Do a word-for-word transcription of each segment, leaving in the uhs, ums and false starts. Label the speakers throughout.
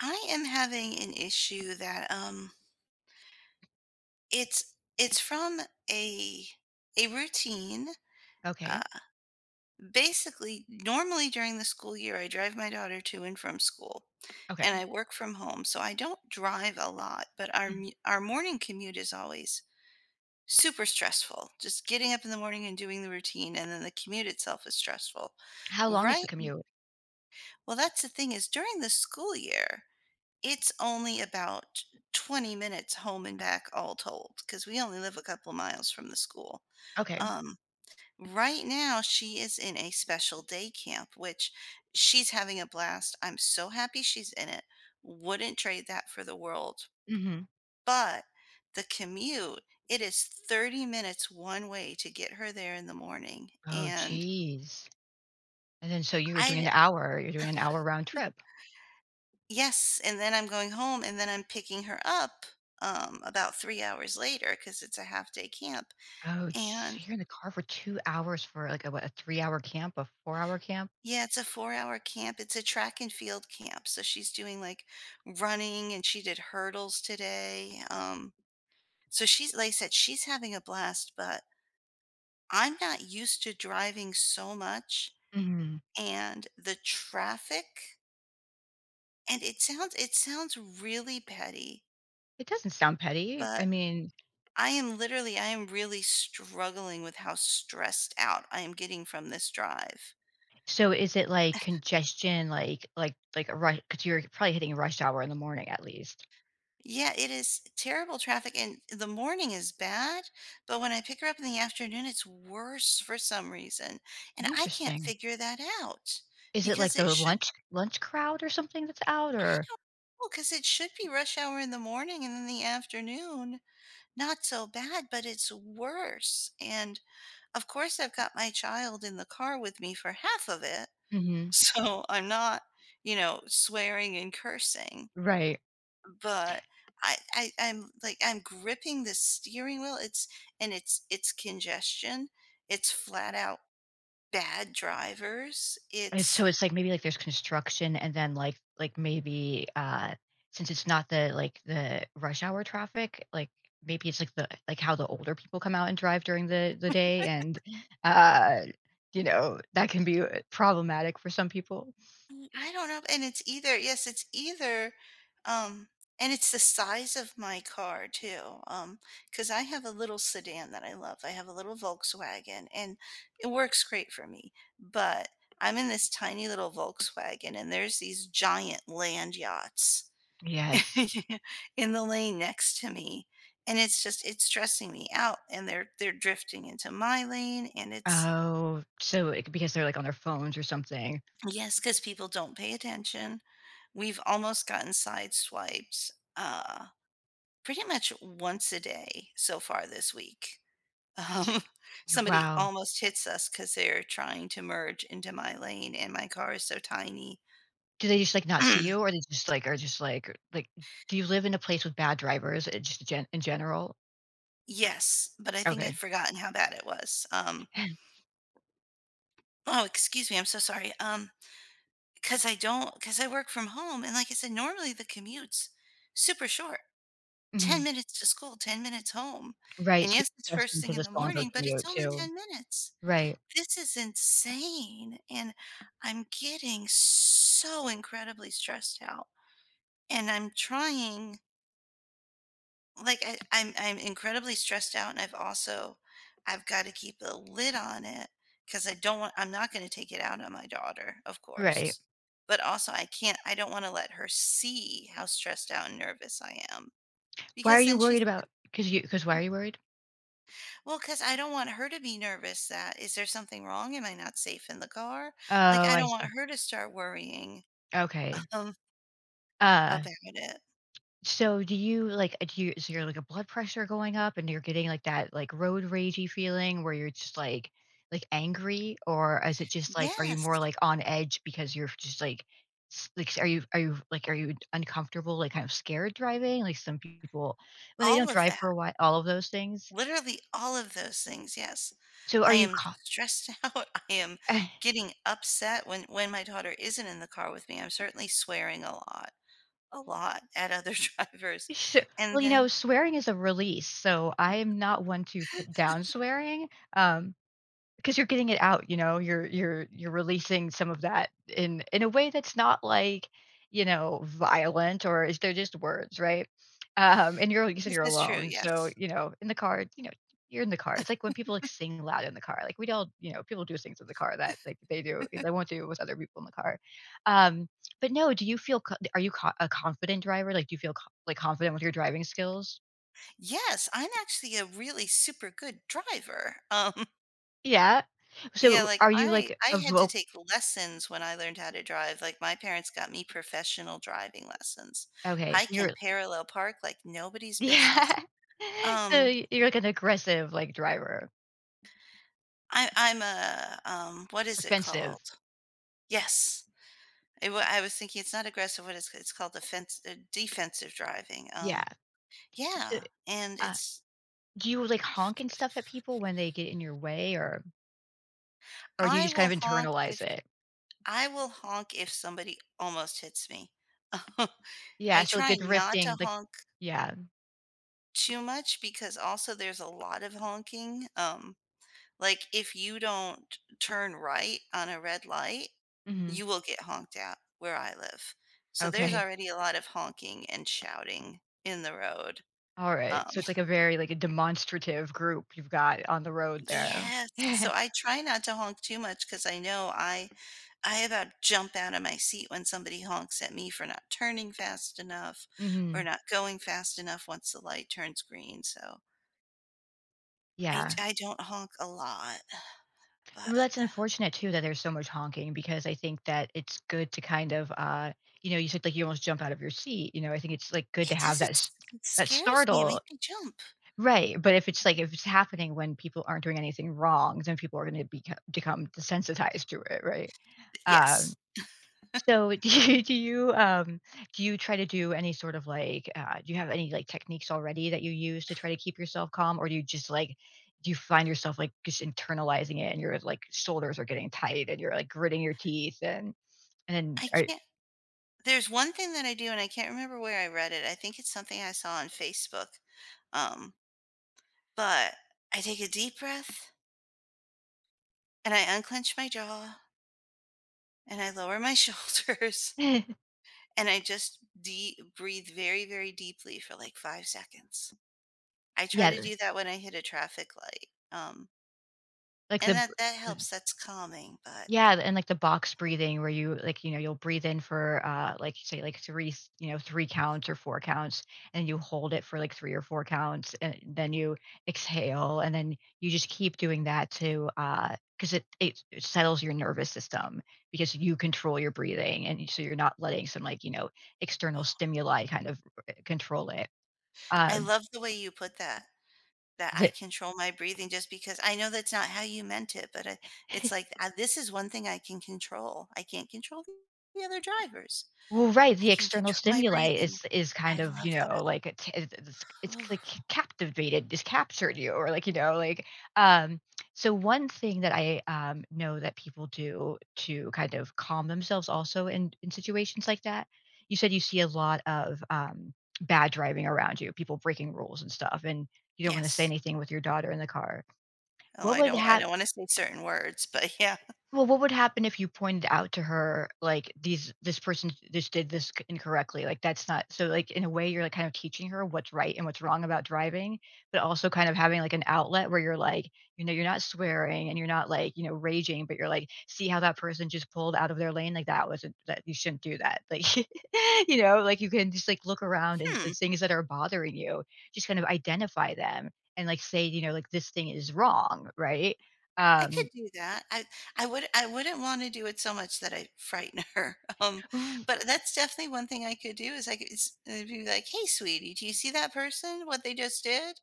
Speaker 1: I am having an issue that um it's it's from a a routine. Uh,
Speaker 2: Okay.
Speaker 1: Basically, normally during the school year, I drive my daughter to and from school,
Speaker 2: Okay.
Speaker 1: and I work from home, so I don't drive a lot. But our
Speaker 2: Mm.
Speaker 1: mu- our morning commute is always super stressful. Just getting up in the morning and doing the routine, and then the commute itself is stressful,
Speaker 2: How long is the
Speaker 1: right?
Speaker 2: commute?
Speaker 1: Well, that's the thing is during the school year. It's only about twenty minutes home and back all told, because we only live a couple miles from the school.
Speaker 2: Okay.
Speaker 1: Um, right now, she is in a special day camp, which she's having a blast. I'm so happy she's in it. Wouldn't trade that for the world.
Speaker 2: Mhm.
Speaker 1: But the commute, it is thirty minutes one way to get her there in the morning,
Speaker 2: Oh,
Speaker 1: and
Speaker 2: jeez. And then so you're doing an
Speaker 1: I
Speaker 2: hour you're doing an hour round trip.
Speaker 1: yes, and then I'm going home, and then I'm picking her up, um, about three hours later, cause it's a half-day camp,
Speaker 2: Oh,
Speaker 1: and
Speaker 2: jeez. You're in the car for two hours for, like, a what, a three-hour camp, a four-hour camp?
Speaker 1: yeah, it's a four-hour camp, it's a track and field camp, so she's doing, like, running, and she did hurdles today, um, so she's like I said, she's having a blast, but I'm not used to driving so much,
Speaker 2: Mhm.
Speaker 1: and the traffic and it sounds it sounds really petty,
Speaker 2: It doesn't sound petty. I
Speaker 1: but
Speaker 2: mean,
Speaker 1: I am literally I am really struggling with how stressed out I am getting from this drive.
Speaker 2: so is it, like, congestion, like like like a rush? Because 'cause you're probably hitting rush hour in the morning at least.
Speaker 1: Yeah, it is terrible traffic and the morning is bad, but when I pick her up in the afternoon, it's worse for some reason. And I can't
Speaker 2: Interesting.
Speaker 1: figure that out
Speaker 2: Is it, like,
Speaker 1: because it
Speaker 2: the
Speaker 1: should
Speaker 2: lunch lunch crowd or something that's out?
Speaker 1: I
Speaker 2: Or
Speaker 1: don't know because it should be rush hour in the morning and in the afternoon. Not so bad, but it's worse. And of course I've got my child in the car with me for half of it.
Speaker 2: Mhm.
Speaker 1: So I'm not, you know, swearing and cursing,
Speaker 2: Right.
Speaker 1: but I, I I'm like I'm gripping the steering wheel. It's And it's it's congestion. It's flat out bad drivers.
Speaker 2: And
Speaker 1: It's
Speaker 2: so it's like maybe like there's construction and then like like maybe uh since it's not the like the rush hour traffic, like maybe it's like the like how the older people come out and drive during the the day and uh you know that can be uh, problematic for some people.
Speaker 1: Mm, I don't know, and it's either yes, it's either, um and it's the size of my car too, um, because I have a little sedan that I love. I have a little Volkswagen, and it works great for me, but I'm in this tiny little Volkswagen, and there's these giant land yachts
Speaker 2: Yes.
Speaker 1: in the lane next to me, and it's just it's stressing me out, and they're they're drifting into my lane, and it's
Speaker 2: Oh, so it, because they're like on their phones or something.
Speaker 1: yes, because people don't pay attention. We've almost gotten sideswiped, uh, pretty much once a day so far this week. Um,
Speaker 2: Gee,
Speaker 1: somebody
Speaker 2: wow.
Speaker 1: almost hits us because 'cause they're trying to merge into my lane, and my car is so tiny.
Speaker 2: Do they just like not see you, or they just like are just like like do you live in a place with bad drivers, uh, just gen- in general?
Speaker 1: Yes, but I think
Speaker 2: Okay.
Speaker 1: I'd forgotten how bad it was. Um, oh, excuse me, I'm so sorry. Um, Because I don't Not because I work from home, and like I said, normally the commute's super short. ten
Speaker 2: Mhm.
Speaker 1: minutes to school, ten minutes home.
Speaker 2: Right,
Speaker 1: And
Speaker 2: so
Speaker 1: yes, it's
Speaker 2: you're
Speaker 1: first
Speaker 2: adjusting
Speaker 1: thing
Speaker 2: to
Speaker 1: in
Speaker 2: this
Speaker 1: the
Speaker 2: longer
Speaker 1: morning, but it's
Speaker 2: commute
Speaker 1: only
Speaker 2: too.
Speaker 1: ten minutes.
Speaker 2: Right,
Speaker 1: This is insane, and I'm getting so incredibly stressed out, and I'm trying like, I I'm I'm incredibly stressed out, and I've also I've gotta keep a lid on it because I don't want I'm not gonna take it out on my daughter, of
Speaker 2: right.
Speaker 1: course, but also I can't I don't wanna let her see how stressed out and nervous I am
Speaker 2: Why are
Speaker 1: because
Speaker 2: you
Speaker 1: then she's
Speaker 2: worried about? Because you? Because why are you worried?
Speaker 1: well, because I don't want her to be nervous that is there something wrong? Am I not safe in the car?" Like,
Speaker 2: Oh,
Speaker 1: I
Speaker 2: I
Speaker 1: don't
Speaker 2: see.
Speaker 1: want her to start worrying
Speaker 2: Okay.
Speaker 1: Um,
Speaker 2: Uh,
Speaker 1: about it.
Speaker 2: so do you, like uh, do you? So you're like, a blood pressure going up and you're getting, like, that, like, road ragey feeling where you're just, like like, angry? Or is it just, like, are you more,
Speaker 1: Yes,
Speaker 2: like, on edge because you're just, like s like, s are you? Are you, like, are you uncomfortable, like, kind of scared driving? Like, some people when they
Speaker 1: all
Speaker 2: don't
Speaker 1: of
Speaker 2: drive for
Speaker 1: that.
Speaker 2: a while, all of those things.
Speaker 1: Literally all of those things, yes.
Speaker 2: So are
Speaker 1: I
Speaker 2: you
Speaker 1: am stressed out, I am
Speaker 2: ca
Speaker 1: getting upset when when my daughter isn't in the car with me, I'm certainly swearing a lot, a lot at other drivers,
Speaker 2: Sho well,
Speaker 1: and
Speaker 2: you know,
Speaker 1: then
Speaker 2: swearing is a release, so I am not one to put down swearing, um, because you're getting it out. You know, you're you're you're releasing some of that in in a way that's not like, you know, violent. Or is they're just words, right? Um and you're like you said,
Speaker 1: this
Speaker 2: you're
Speaker 1: is true,
Speaker 2: alone, so
Speaker 1: yes.
Speaker 2: you know, in the car, you know, you're in the car. It's like when people like sing loud in the car, like we all, you know, people do things in the car that like they do they won't do with other people in the car. um but no, do you feel co- are you co- a confident driver? Like, do you feel co- like confident with your driving skills?
Speaker 1: Yes, I'm actually a really super good driver. Um,
Speaker 2: Yeah,
Speaker 1: yeah,
Speaker 2: so
Speaker 1: like
Speaker 2: are you
Speaker 1: I
Speaker 2: like
Speaker 1: I
Speaker 2: a
Speaker 1: had to
Speaker 2: voc
Speaker 1: take lessons when I learned how to drive. Like my parents got me professional driving lessons.
Speaker 2: okay, so
Speaker 1: I
Speaker 2: you're
Speaker 1: can parallel park like nobody's business.
Speaker 2: Yeah. So
Speaker 1: Um,
Speaker 2: y you're like an aggressive, like, driver,
Speaker 1: I I'm a um, What is it
Speaker 2: offensive.
Speaker 1: called? Yes. It, wa- I was thinking it's not aggressive. What is it's called? Defense, uh, defensive driving.
Speaker 2: Yeah.
Speaker 1: Um,
Speaker 2: So,
Speaker 1: yeah, and
Speaker 2: uh,
Speaker 1: it's
Speaker 2: do you, like, honk and stuff at people when they get in your way, or or do you
Speaker 1: I
Speaker 2: just
Speaker 1: will
Speaker 2: kind of
Speaker 1: honk
Speaker 2: internalize
Speaker 1: if
Speaker 2: it?
Speaker 1: I will honk if somebody almost hits me.
Speaker 2: Yeah,
Speaker 1: I
Speaker 2: so, like, the
Speaker 1: try not to
Speaker 2: drifting, like
Speaker 1: honk
Speaker 2: yeah.
Speaker 1: too much because also there's a lot of honking. Um, like if you don't turn right on a red light,
Speaker 2: Mhm.
Speaker 1: you will get honked out where I live. So there's
Speaker 2: Okay.
Speaker 1: already a lot of honking and shouting in the road.
Speaker 2: Alright.
Speaker 1: um,
Speaker 2: So it's like a very, like, a demonstrative group you've got on the road there.
Speaker 1: Yes, so I try not to honk too much because I know I I about jump out of my seat when somebody honks at me for not turning fast enough or
Speaker 2: Mhm.
Speaker 1: not going fast enough once the light turns green, so I I d
Speaker 2: Yeah.
Speaker 1: I don't honk a lot,
Speaker 2: Well,
Speaker 1: but
Speaker 2: that's unfortunate too that there's so much honking, because I think that it's good to kind of, uh, you know, you said like you almost jump out of your seat. You know, I think it's like good to
Speaker 1: it
Speaker 2: have
Speaker 1: does
Speaker 2: that
Speaker 1: it
Speaker 2: s-
Speaker 1: it
Speaker 2: that
Speaker 1: scares me, it
Speaker 2: startle,
Speaker 1: makes me jump.
Speaker 2: right? But if it's like if it's happening when people aren't doing anything wrong, then people are going to become become desensitized to it, right? Um,
Speaker 1: Yes.
Speaker 2: so do you do you, um do you try to do any sort of, like, uh do you have any, like, techniques already that you use to try to keep yourself calm, or do you just, like, do you find yourself, like, just internalizing it and your, like, shoulders are getting tight and you're, like, gritting your teeth? and and then
Speaker 1: I
Speaker 2: are
Speaker 1: can't There's one thing that I do, and I can't remember where I read it, I think it's something I saw on Facebook, um, but I take a deep breath, and I unclench my jaw and I lower my shoulders and I just de- breathe very, very deeply for like five seconds. I try
Speaker 2: Yeah,
Speaker 1: to do that when I hit a traffic light. Um,
Speaker 2: like
Speaker 1: and
Speaker 2: the
Speaker 1: that, that helps. That's calming. But
Speaker 2: Yeah, and like the box breathing where you like, you know, you'll breathe in for uh like say like three, s- you know, three counts or four counts, and you hold it for like three or four counts, and then you exhale, and then you just keep doing that to uh because it, it it settles your nervous system, because you control your breathing, and so you're not letting some, like, you know, external stimuli kind of uh, control it.
Speaker 1: I
Speaker 2: Um
Speaker 1: love the way you put that, that I control my breathing just because I know that's not how you meant it. But I, it's like, uh this is one thing I can control. I can't control the other drivers.
Speaker 2: Well, right,
Speaker 1: I
Speaker 2: the
Speaker 1: can
Speaker 2: external
Speaker 1: control my
Speaker 2: stimuli
Speaker 1: breathing.
Speaker 2: is is
Speaker 1: I
Speaker 2: kind of, you
Speaker 1: love that.
Speaker 2: know, like, it's it's it's
Speaker 1: Ooh,
Speaker 2: like captivated, it's captured you. Or like, you know, like, um, so one thing that I, um, know that people do to kind of calm themselves also in in situations like that, you said you see a lot of, um, bad driving around you, people breaking rules and stuff, and you don't wanna say
Speaker 1: yes.
Speaker 2: anything with your daughter in the car.
Speaker 1: Oh,
Speaker 2: What
Speaker 1: I
Speaker 2: would
Speaker 1: don't, I
Speaker 2: happen?
Speaker 1: don't want to say certain words, but yeah.
Speaker 2: Well, what would happen if you pointed out to her, like, these this person just did this c incorrectly, like, that's not. So, like, in a way, you're, like, kind of teaching her what's right and what's wrong about driving, but also kind of having, like, an outlet where you're, like, you know, you're not swearing and you're not, like, you know, raging, but you're, like, "See how that person just pulled out of their lane? Like, that wasn't that you shouldn't do that." Like, you know, like, you can just, like, look around and the
Speaker 1: Hmm.
Speaker 2: things that are bothering you, just kind of identify them and, like, say, you know, like, "This thing is wrong," right?
Speaker 1: I could
Speaker 2: Um
Speaker 1: do that. I I would I wouldn't wanna do it so much that I frighten her, um, but that's definitely one thing I could do is I could s uh, be like, "Hey, sweetie, do you see that person, what they just did?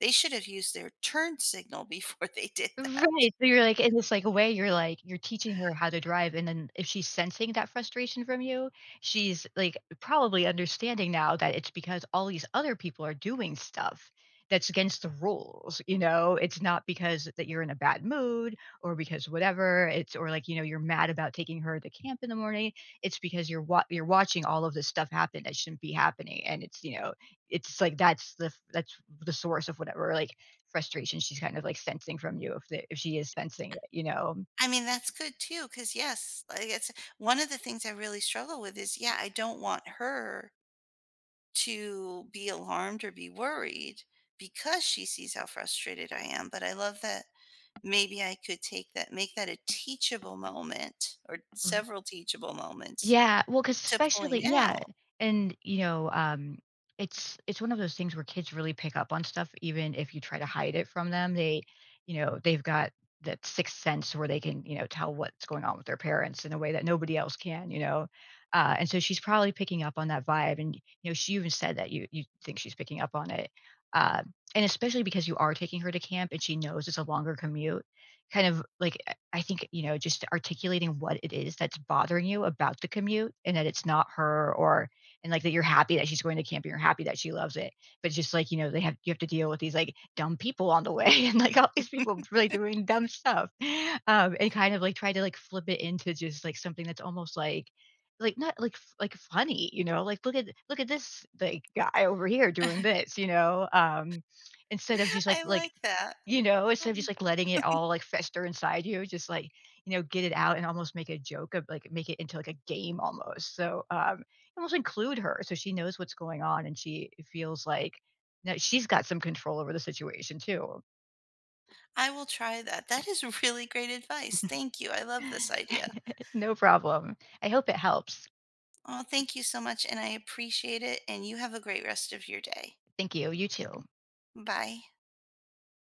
Speaker 1: They should have used their turn signal before they did that."
Speaker 2: Right, so you're like in this, like, way, you're like you're teaching her how to drive, and then if she's sensing that frustration from you, she's, like, probably understanding now that it's because all these other people are doing stuff that's against the rules, you know? It's not because that you're in a bad mood or because whatever, it's or, like, you know, you're mad about taking her to camp in the morning, it's because you're wa you're watching all of this stuff happen that shouldn't be happening, and it's, you know, it's like that's the that's the source of whatever, like, frustration she's kind of like sensing from you, if the if she is sensing it, you know?
Speaker 1: I mean, that's good too. Cause yes, like, it's one of the things I really struggle with is, yeah, I don't want her to be alarmed or be worried because she sees how frustrated I am, but I love that. Maybe I could take that make that a teachable moment or
Speaker 2: Mm,
Speaker 1: several teachable moments
Speaker 2: yeah, well, because
Speaker 1: to
Speaker 2: especially
Speaker 1: point
Speaker 2: yeah,
Speaker 1: out.
Speaker 2: and, you know, um, it's it's one of those things where kids really pick up on stuff even if you try to hide it from them. They, you know, they've got that sixth sense where they can, you know, tell what's going on with their parents in a way that nobody else can, you know? Uh, and so she's probably picking up on that vibe, and, you know, she even said that you you think she's picking up on it. Uh, and especially because you are taking her to camp and she knows it's a longer commute. Kind of like, I think, you know, just articulating what it is that's bothering you about the commute and that it's not her, or and like that you're happy that she's going to camping, you're happy that she loves it. But it's just like, you know, they have you have to deal with these like dumb people on the way and like all these people really doing dumb stuff. Um, and kind of like try to like flip it into just like something that's almost like like not like f- like funny, you know, like look at look at this like guy over here doing this, you know. Um instead of just like
Speaker 1: I
Speaker 2: like
Speaker 1: like that.
Speaker 2: you know, instead of just,
Speaker 1: Um,
Speaker 2: like, letting it all, like, fester inside you, just, like, you know, get it out and almost make a joke of, like, make it into, like, a game almost. So, um, almost include her so she knows what's going on and she feels like that she's got some control over the situation too.
Speaker 1: I will try that. That is really great advice. Thank you. I love this idea.
Speaker 2: No problem. I hope it helps.
Speaker 1: Oh, thank you so much, and I appreciate it. And you have a great rest of your day.
Speaker 2: Thank you. You too.
Speaker 1: Bye.